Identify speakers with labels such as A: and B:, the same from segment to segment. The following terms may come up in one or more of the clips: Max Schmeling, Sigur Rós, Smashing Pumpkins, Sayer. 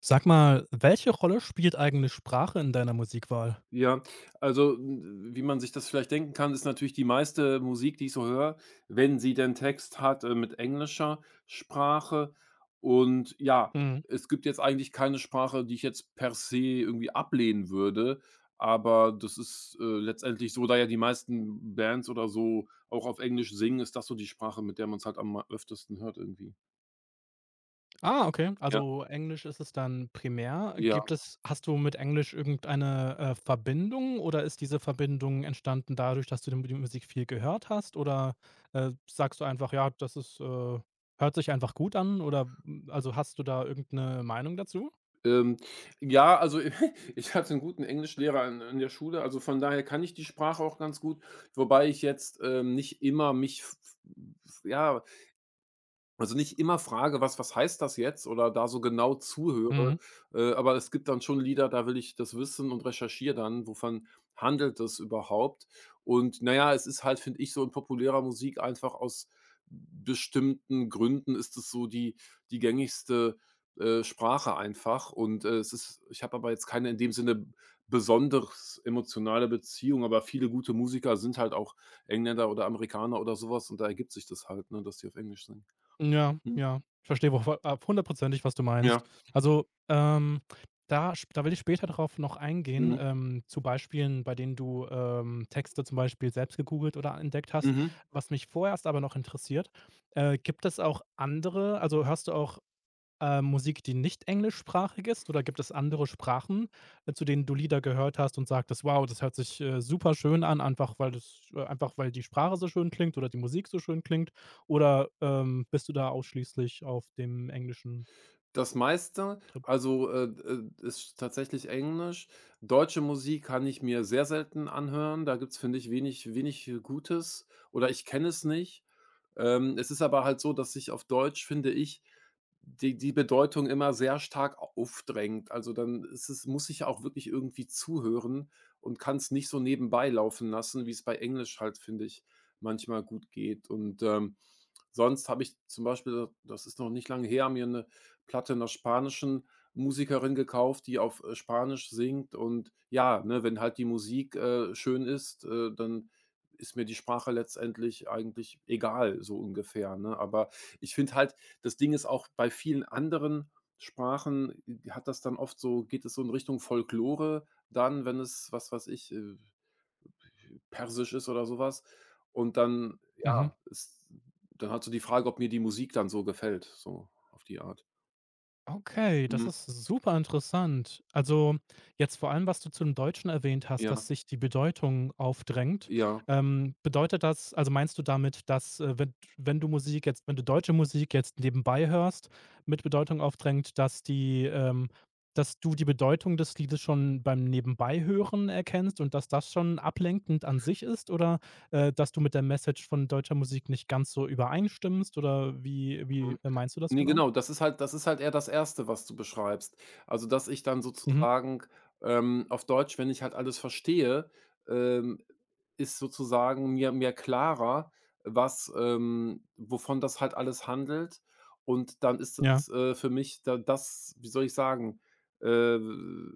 A: Sag mal, welche Rolle spielt eigentlich Sprache in deiner Musikwahl?
B: Ja, also, n wie man sich das vielleicht denken kann, ist natürlich die meiste Musik, die ich so höre, wenn sie denn Text hat, mit englischer Sprache. Und ja,
A: Mhm.
B: es gibt jetzt eigentlich keine Sprache, die ich jetzt per se irgendwie ablehnen würde, aber das ist, letztendlich so, da ja die meisten Bands oder so auch auf Englisch singen, ist das so die Sprache, mit der man es halt am öftesten hört irgendwie.
A: Ah, okay.
B: Ja.
A: Also Englisch ist es dann primär.
B: Ja.
A: Gibt es hast du mit Englisch irgendeine, Verbindung oder ist diese Verbindung entstanden dadurch, dass du die die Musik viel gehört hast? Oder, sagst du einfach: „Ja, das ist, hört sich einfach gut an“, oder, also, hast du da irgendeine Meinung dazu?
B: Ähm, ja, also, ich hatte einen guten Englischlehrer in der Schule, also von daher kann ich die Sprache auch ganz gut, wobei ich jetzt, nicht immer mich f f ja, also, nicht immer frage: „Was heißt das jetzt?“ oder da so genau zuhöre,
A: Mhm.
B: aber es gibt dann schon Lieder, da will ich das wissen und recherchiere dann, wovon handelt es überhaupt? Und naja, es ist halt, finde ich, so in populärer Musik einfach aus bestimmten Gründen ist es so die gängigste, Sprache einfach und, es ist ich habe aber jetzt keine in dem Sinne besonders emotionale Beziehung, aber viele gute Musiker sind halt auch Engländer oder Amerikaner oder sowas und da ergibt sich das halt, ne, dass die auf Englisch singen.
A: Ja,
B: Mhm.
A: ja. Ich verstehe wo voll ab hundertprozentig, was du meinst.
B: Ja.
A: Also, da sp da will ich später darauf noch eingehen,
B: Mhm.
A: zu Beispielen, bei denen du, Texte zum Beispiel selbst gegoogelt oder entdeckt hast.
B: Mhm.
A: Was mich vorerst aber noch interessiert, gibt es auch andere also, hörst du auch, Musik, die nicht englischsprachig ist oder gibt es andere Sprachen, zu denen du Lieder gehört hast und sagtest: „Wow, das hört sich, super schön an“, einfach weil das einfach weil die Sprache so schön klingt oder die Musik so schön klingt? Oder, bist du da ausschließlich auf dem englischen
B: Das meiste,
A: Trip?
B: also, ist tatsächlich Englisch. Deutsche Musik kann ich mir sehr selten anhören. Da gibt's, finde ich, wenig Gutes oder ich kenne es nicht. Es ist aber halt so, dass sich auf Deutsch, finde ich, die Bedeutung immer sehr stark aufdrängt. Also, dann ist es muss ich auch wirklich irgendwie zuhören und kann es nicht so nebenbei laufen lassen, wie es bei Englisch halt, finde ich, manchmal gut geht. Und, sonst habe ich zum Beispiel, das ist noch nicht lange her, mir eine Platte einer spanischen Musikerin gekauft, die auf, Spanisch singt und ja, ne, wenn halt die Musik, schön ist, dann ist mir die Sprache letztendlich eigentlich egal, so ungefähr, ne? Aber ich finde halt, das Ding ist auch bei vielen anderen Sprachen hat das dann oft so geht es so in Richtung Folklore dann, wenn es, was weiß ich, Persisch ist oder sowas. Und dann,
A: Mhm.
B: ja, ist dann halt so die Frage, ob mir die Musik dann so gefällt, so auf die Art.
A: Okay, das
B: Mhm.
A: ist super interessant. Also jetzt vor allem, was du zum Deutschen erwähnt hast, dass
B: Ja,
A: sich die Bedeutung aufdrängt.
B: ja.
A: Bedeutet das, also meinst du damit, dass wenn du Musik jetzt, wenn du deutsche Musik jetzt nebenbei hörst, mit Bedeutung aufdrängt, dass die, dass du die Bedeutung des Liedes schon beim Nebenbeihören erkennst und dass das schon ablenkend an sich ist oder dass du mit der Message von deutscher Musik nicht ganz so übereinstimmst oder wie
B: Mhm.
A: meinst du das
B: Ne,
A: genau?
B: genau, das ist halt eher das Erste, was du beschreibst. Also, dass ich dann
A: Mhm.
B: sozusagen, auf Deutsch, wenn ich halt alles verstehe, ähm, ist sozusagen mir klarer, was, wovon das halt alles handelt. Und dann ist
A: Ja.
B: das, für mich da das wie soll ich sagen, äh,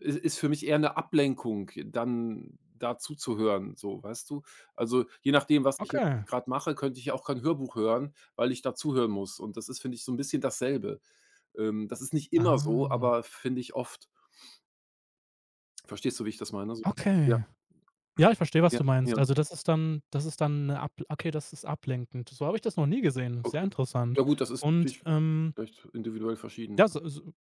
B: is ist für mich eher 'ne Ablenkung, dann da zuzuhören, so, weißt du? Also, je nachdem, was ich
A: Okay.
B: jetzt grad mache, könnte ich ja auch kein Hörbuch hören, weil ich da zuhören muss. Und das ist, finde ich, so ein bisschen dasselbe. Das ist nicht immer so,
A: Ah,
B: aber finde ich oft. Verstehst du, wie ich das meine so? Ja,
A: okay. Ja, ich verstehe, was
B: ja,
A: du
B: ja,
A: meinst. Also, das ist dann 'ne ab okay, das ist ablenkend. So habe ich das noch nie gesehen. Sehr
B: okay. Ja
A: interessant.
B: gut, das ist
A: Und,
B: natürlich vielleicht individuell verschieden.
A: ja, so.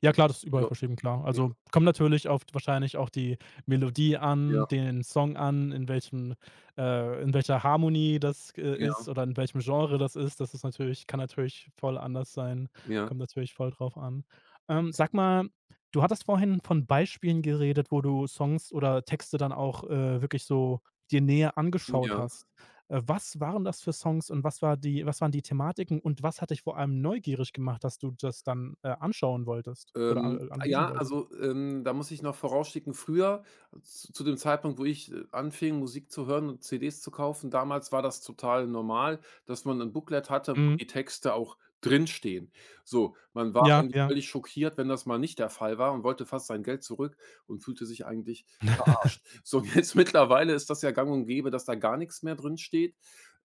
A: Ja klar, das ist überall
B: Ja,
A: verschieden, klar.
B: ja,
A: Also, kommt natürlich auf wahrscheinlich auch die Melodie an,
B: ja,
A: den Song an, in welchem in welcher Harmonie das,
B: ja,
A: ist oder in welchem Genre das ist. Das ist natürlich kann natürlich voll anders sein.
B: ja,
A: Kommt natürlich voll drauf an. Sag mal, du hattest vorhin von Beispielen geredet, wo du Songs oder Texte dann auch, wirklich so dir näher angeschaut
B: ja.
A: hast. Was waren das für Songs und was war die was waren die Thematiken und was hat dich vor allem neugierig gemacht, dass du das dann, anschauen wolltest oder a anlesen
B: Ja,
A: wolltest?
B: also, da muss ich noch vorausschicken, früher, z zu dem Zeitpunkt, wo ich, anfing, Musik zu hören und CDs zu kaufen, damals war das total normal, dass man ein Booklet hatte, wo
A: Mhm.
B: die Texte auch drinstehen. So, man war
A: Ja,
B: eigentlich
A: ja.
B: völlig schockiert, wenn das mal nicht der Fall war und wollte fast sein Geld zurück und fühlte sich eigentlich verarscht. So, und jetzt mittlerweile ist das ja gang und gäbe, dass da gar nichts mehr drinsteht,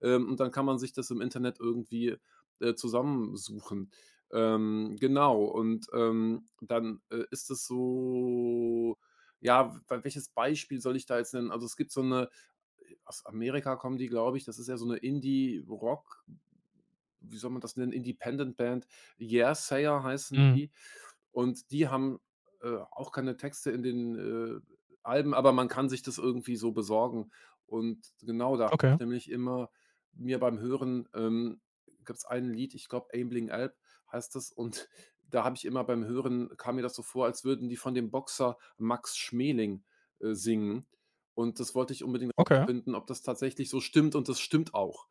B: und dann kann man sich das im Internet irgendwie, zusammensuchen. Genau, und, dann, ist es so ja, w welches Beispiel soll ich da jetzt nennen? Also, es gibt so eine aus Amerika kommen die, glaube ich, das ist ja so eine Indie-Rock wie soll man das nennen, Independent-Band, Sayer heißen
A: Mhm.
B: die. Und die haben, auch keine Texte in den, Alben, aber man kann sich das irgendwie so besorgen. Und genau, da habe ich
A: Okay,
B: nämlich immer mir beim Hören, gab es ein Lied, ich glaube „Aimling Alp“ heißt das, und da habe ich immer beim Hören kam mir das so vor, als würden die von dem Boxer Max Schmeling, singen. Und das wollte ich unbedingt
A: okay.
B: rausfinden, ob das tatsächlich so stimmt und das stimmt auch.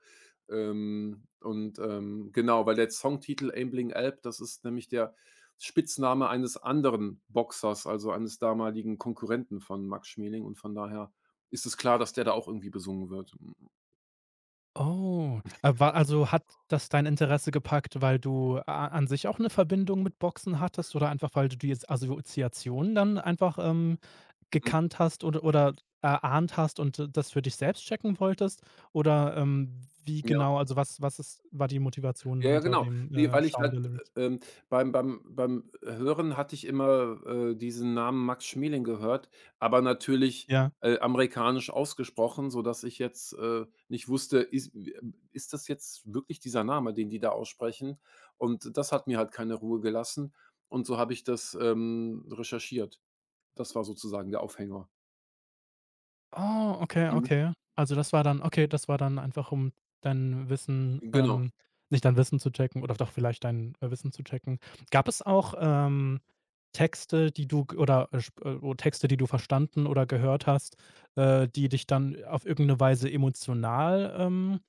B: Und, genau, weil der Songtitel „Aimling Alp“, das ist nämlich der Spitzname eines anderen Boxers, also eines damaligen Konkurrenten von Max Schmeling und von daher ist es klar, dass der da auch irgendwie besungen wird.
A: Oh, war also, hat das dein Interesse gepackt, weil du a an sich auch 'ne Verbindung mit Boxen hattest oder einfach, weil du die jetzt Assoziation dann einfach,
B: Mhm,
A: gekannt hast oder erahnt hast und d das für dich selbst checken wolltest? Oder, wie
B: ja.
A: genau also, was ist war die Motivation
B: Ja, ja,
A: hinter
B: genau.
A: dem,
B: Ne, weil ich
A: Schauen
B: halt,
A: der Lyrics?
B: äh, ähm, beim Hören hatte ich immer, diesen Namen Max Schmeling gehört, aber natürlich,
A: Ja.
B: amerikanisch ausgesprochen, sodass ich jetzt, nicht wusste, ist ist das jetzt wirklich dieser Name, den die da aussprechen? Und das hat mir halt keine Ruhe gelassen und so habe ich das, recherchiert. Das war sozusagen der Aufhänger.
A: Oh, okay,
B: Mhm.
A: okay. Also, das war dann okay, das war dann einfach, um dein Wissen,
B: Genau.
A: nicht dein Wissen zu checken oder doch vielleicht dein, Wissen zu checken. Gab es auch, Texte, die du g oder, sp o Texte, die du verstanden oder gehört hast, die dich dann auf irgendeine Weise emotional, ähm,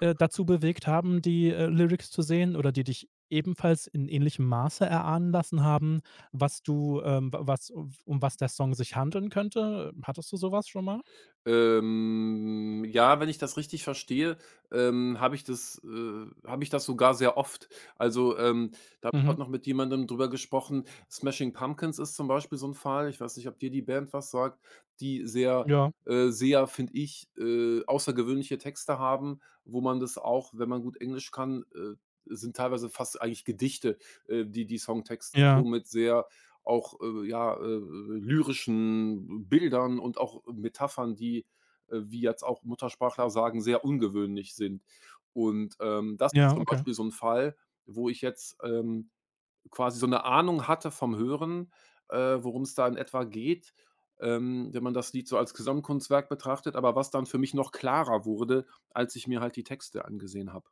A: äh, dazu bewegt haben, die, Lyrics zu sehen oder die dich ebenfalls in ähnlichem Maße erahnen lassen haben, was du, wa was um was der Song sich handeln könnte? Hattest du sowas schon mal?
B: Ja, wenn ich das richtig verstehe, habe ich das sogar sehr oft. Also, da habe ich
A: Mhm.
B: heute noch mit jemandem drüber gesprochen. Smashing Pumpkins ist zum Beispiel so ein Fall. Ich weiß nicht, ob dir die Band was sagt, die sehr
A: Ja,
B: sehr, finde ich, außergewöhnliche Texte haben, wo man das auch, wenn man gut Englisch kann sind teilweise fast eigentlich Gedichte, die Songtexte
A: ja,
B: somit sehr auch, lyrischen Bildern und auch Metaphern, die, wie jetzt auch Muttersprachler sagen, sehr ungewöhnlich sind. Und, das ist
A: ja,
B: zum
A: okay,
B: Beispiel so ein Fall, wo ich jetzt, quasi so eine Ahnung hatte vom Hören, worum es da in etwa geht, wenn man das Lied so als Gesamtkunstwerk betrachtet, aber was dann für mich noch klarer wurde, als ich mir halt die Texte angesehen habe.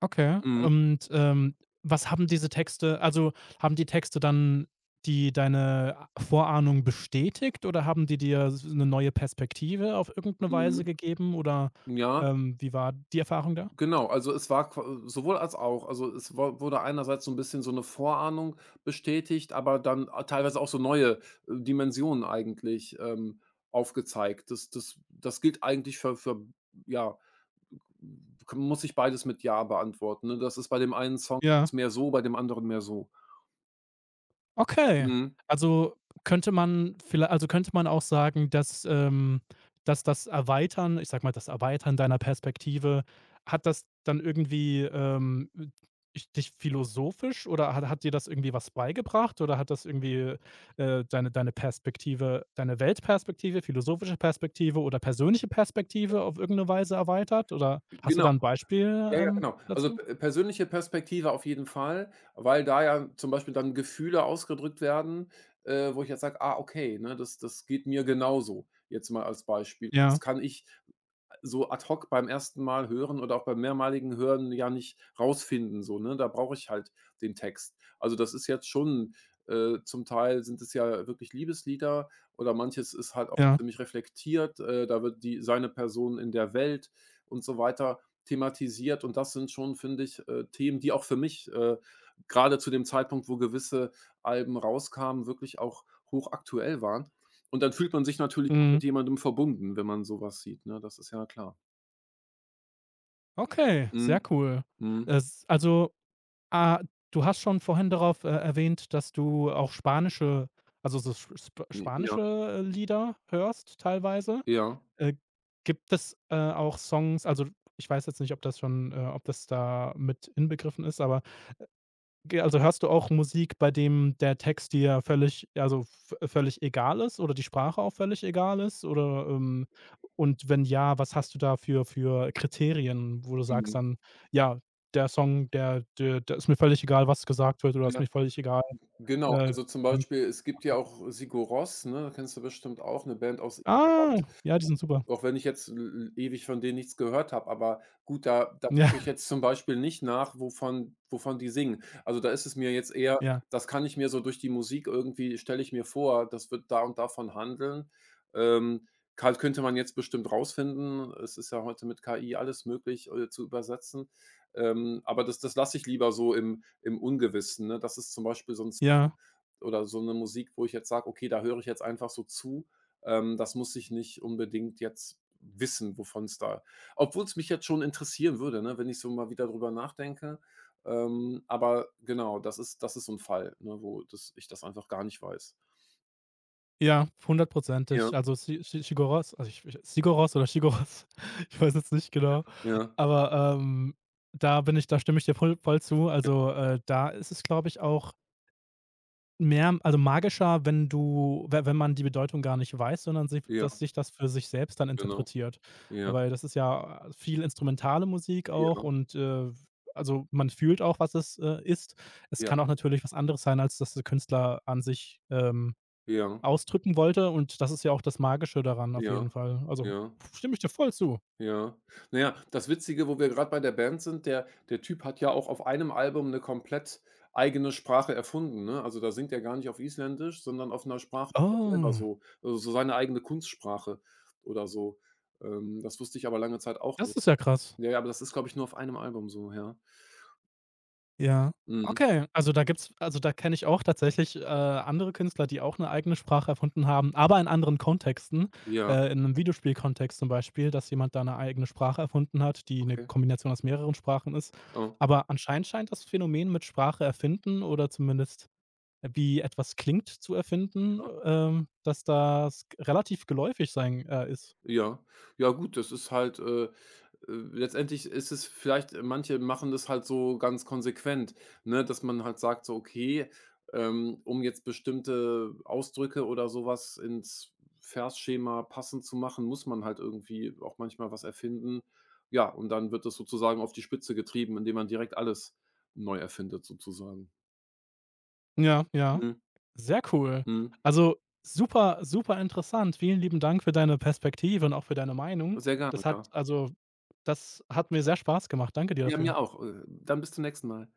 A: okay.
B: Mhm,
A: Und, was haben diese Texte also, haben die Texte dann die deine Vorahnung bestätigt oder haben die dir s 'ne neue Perspektive auf irgendeine
B: mhm.
A: Weise gegeben oder,
B: Ja.
A: wie war die Erfahrung da?
B: Genau, also es war qua sowohl als auch. Also, es wo wurde einerseits so ein bisschen so eine Vorahnung bestätigt, aber dann a teilweise auch so neue, Dimensionen eigentlich, aufgezeigt. Das gilt eigentlich für ja, k muss ich beides mit „ja“ beantworten, ne? Das ist bei dem einen Song
A: Ja.
B: mehr so, bei dem anderen mehr so.
A: Okay.
B: Mhm.
A: Also, könnte man vielleicht, also, könnte man auch sagen, dass, dass das Erweitern ich sag mal, das Erweitern deiner Perspektive, hat das dann irgendwie, dich philosophisch oder hat dir das irgendwie was beigebracht oder hat das irgendwie, deine Perspektive deine Weltperspektive, philosophische Perspektive oder persönliche Perspektive auf irgendeine Weise erweitert? Oder hast du
B: Genau.
A: da ein Beispiel,
B: Ja, ja, genau. Also,
A: dazu?
B: p persönliche Perspektive auf jeden Fall, weil da ja zum Beispiel dann Gefühle ausgedrückt werden, wo ich jetzt sage: „Ah, okay, ne, das geht mir genauso.“ Jetzt mal als Beispiel. Das
A: Ja,
B: kann ich so ad hoc beim ersten Mal hören oder auch beim mehrmaligen Hören ja nicht rausfinden, so, ne? Da brauche ich halt den Text. Also, das ist jetzt schon zum Teil sind es ja wirklich Liebeslieder oder manches ist halt auch
A: ja.
B: ziemlich reflektiert. Da wird die seine Person in der Welt und so weiter thematisiert und das sind schon, finde ich, Themen, die auch für mich, grade zu dem Zeitpunkt, wo gewisse Alben rauskamen, wirklich auch hochaktuell waren. Und dann fühlt man sich natürlich
A: Mhm.
B: mit jemandem verbunden, wenn man sowas sieht, ne? Das ist ja klar.
A: Okay,
B: Mhm,
A: sehr cool.
B: mhm.
A: Es also. Ah, du hast schon vorhin darauf, erwähnt, dass du auch spanische also so sp sp
B: Ja,
A: spanische, Lieder hörst teilweise.
B: ja.
A: Äh, gibt es, auch Songs also, ich weiß jetzt nicht, ob das schon ob das da mit inbegriffen ist, aber Ge also hörst du auch Musik, bei dem der Text dir völlig also v völlig egal ist oder die Sprache auch völlig egal ist? Oder, und wenn ja, was hast du da für Kriterien, wo du sagst
B: Mhm.
A: dann: „Ja, der Song, der da ist mir völlig egal, was gesagt wird, oder ist
B: Ja,
A: mir völlig egal,
B: genau.
A: äh,
B: Also, zum Beispiel, es gibt ja auch Sigur Rós, ne? Kennst du bestimmt auch, eine Band aus
A: Ah, ja, die sind super.
B: auch wenn ich jetzt e ewig von denen nichts gehört habe, aber gut, da
A: Ja,
B: gucke ich jetzt zum Beispiel nicht nach, wovon die singen. Also, da ist es mir jetzt eher
A: ja,
B: das kann ich mir so durch die Musik irgendwie stelle ich mir vor, das wird da und davon handeln. Ähm, ka könnte man jetzt bestimmt rausfinden. Es ist ja heute mit KI alles möglich, zu übersetzen. Aber das lasse ich lieber so im Ungewissen, ne? Das ist zum Beispiel so 'n Song
A: ja.
B: oder so eine Musik, wo ich jetzt sage: „Okay, da höre ich jetzt einfach so zu, das muss ich nicht unbedingt jetzt wissen, wovon es da obwohl es mich jetzt schon interessieren würde, ne, wenn ich so mal wieder drüber nachdenke. Aber genau, das ist so ein Fall, ne, wo das ich das einfach gar nicht weiß.
A: Ja,
B: Ja,
A: hundertprozentig. Also, Si Si Sigoros also, ich Sigoros oder Shigoros, ich weiß jetzt nicht
B: ja,
A: genau,
B: ja,
A: aber, da bin ich da stimme ich dir voll zu.
B: ja,
A: Also, da ist es, glaube ich, auch mehr also, magischer, wenn du we wenn man die Bedeutung gar nicht weiß, sondern sich
B: ja,
A: dass sich das für sich selbst dann
B: genau.
A: interpretiert.
B: Ja,
A: Weil das ist ja viel instrumentale Musik
B: ja,
A: auch und, also, man fühlt auch, was es, ist. Es
B: ja,
A: kann auch natürlich was anderes sein, als dass der Künstler an sich,
B: ja,
A: ausdrücken wollte und das ist ja auch das Magische daran auf
B: ja,
A: jeden Fall. Also,
B: ja.
A: stimme ich dir voll zu.
B: Ja. Naja, das Witzige, wo wir gerade bei der Band sind, der Typ hat ja auch auf einem Album eine komplett eigene Sprache erfunden, ne? Also, da singt er gar nicht auf Isländisch, sondern auf einer Sprache, die er selber
A: Oh.
B: so also, so seine eigene Kunstsprache oder so. Das wusste ich aber lange Zeit auch
A: Das
B: nicht.
A: ist ja krass.
B: Ja, ja, aber das ist, glaube ich, nur auf einem Album so, ja.
A: Ja.
B: Mhm.
A: Okay, also da gibt's also da kenne ich auch tatsächlich, andere Künstler, die auch 'ne eigene Sprache erfunden haben, aber in anderen Kontexten,
B: Ja,
A: in 'nem Videospielkontext zum Beispiel, dass jemand da 'ne eigene Sprache erfunden hat, die 'ne
B: okay.
A: Kombination aus mehreren Sprachen ist.
B: Oh.
A: Aber anscheinend scheint das Phänomen mit Sprache erfinden oder zumindest wie etwas klingt, zu erfinden, dass das relativ geläufig sein, ist.
B: Ja. Ja gut, das ist halt, letztendlich ist es vielleicht manche machen das halt so ganz konsequent, ne, dass man halt sagt so: „Okay, um jetzt bestimmte Ausdrücke oder sowas ins Versschema passend zu machen, muss man halt irgendwie auch manchmal was erfinden.“ Ja, und dann wird das sozusagen auf die Spitze getrieben, indem man direkt alles neu erfindet sozusagen.
A: Ja, ja.
B: Mhm.
A: Sehr cool.
B: Mhm.
A: Also, super, super interessant. Vielen lieben Dank für deine Perspektive und auch für deine Meinung.
B: Sehr gerne,
A: Das hat
B: ja.
A: also das hat mir sehr Spaß gemacht. Danke dir
B: Ja, mir
A: dafür.
B: auch. Dann bis zum nächsten Mal.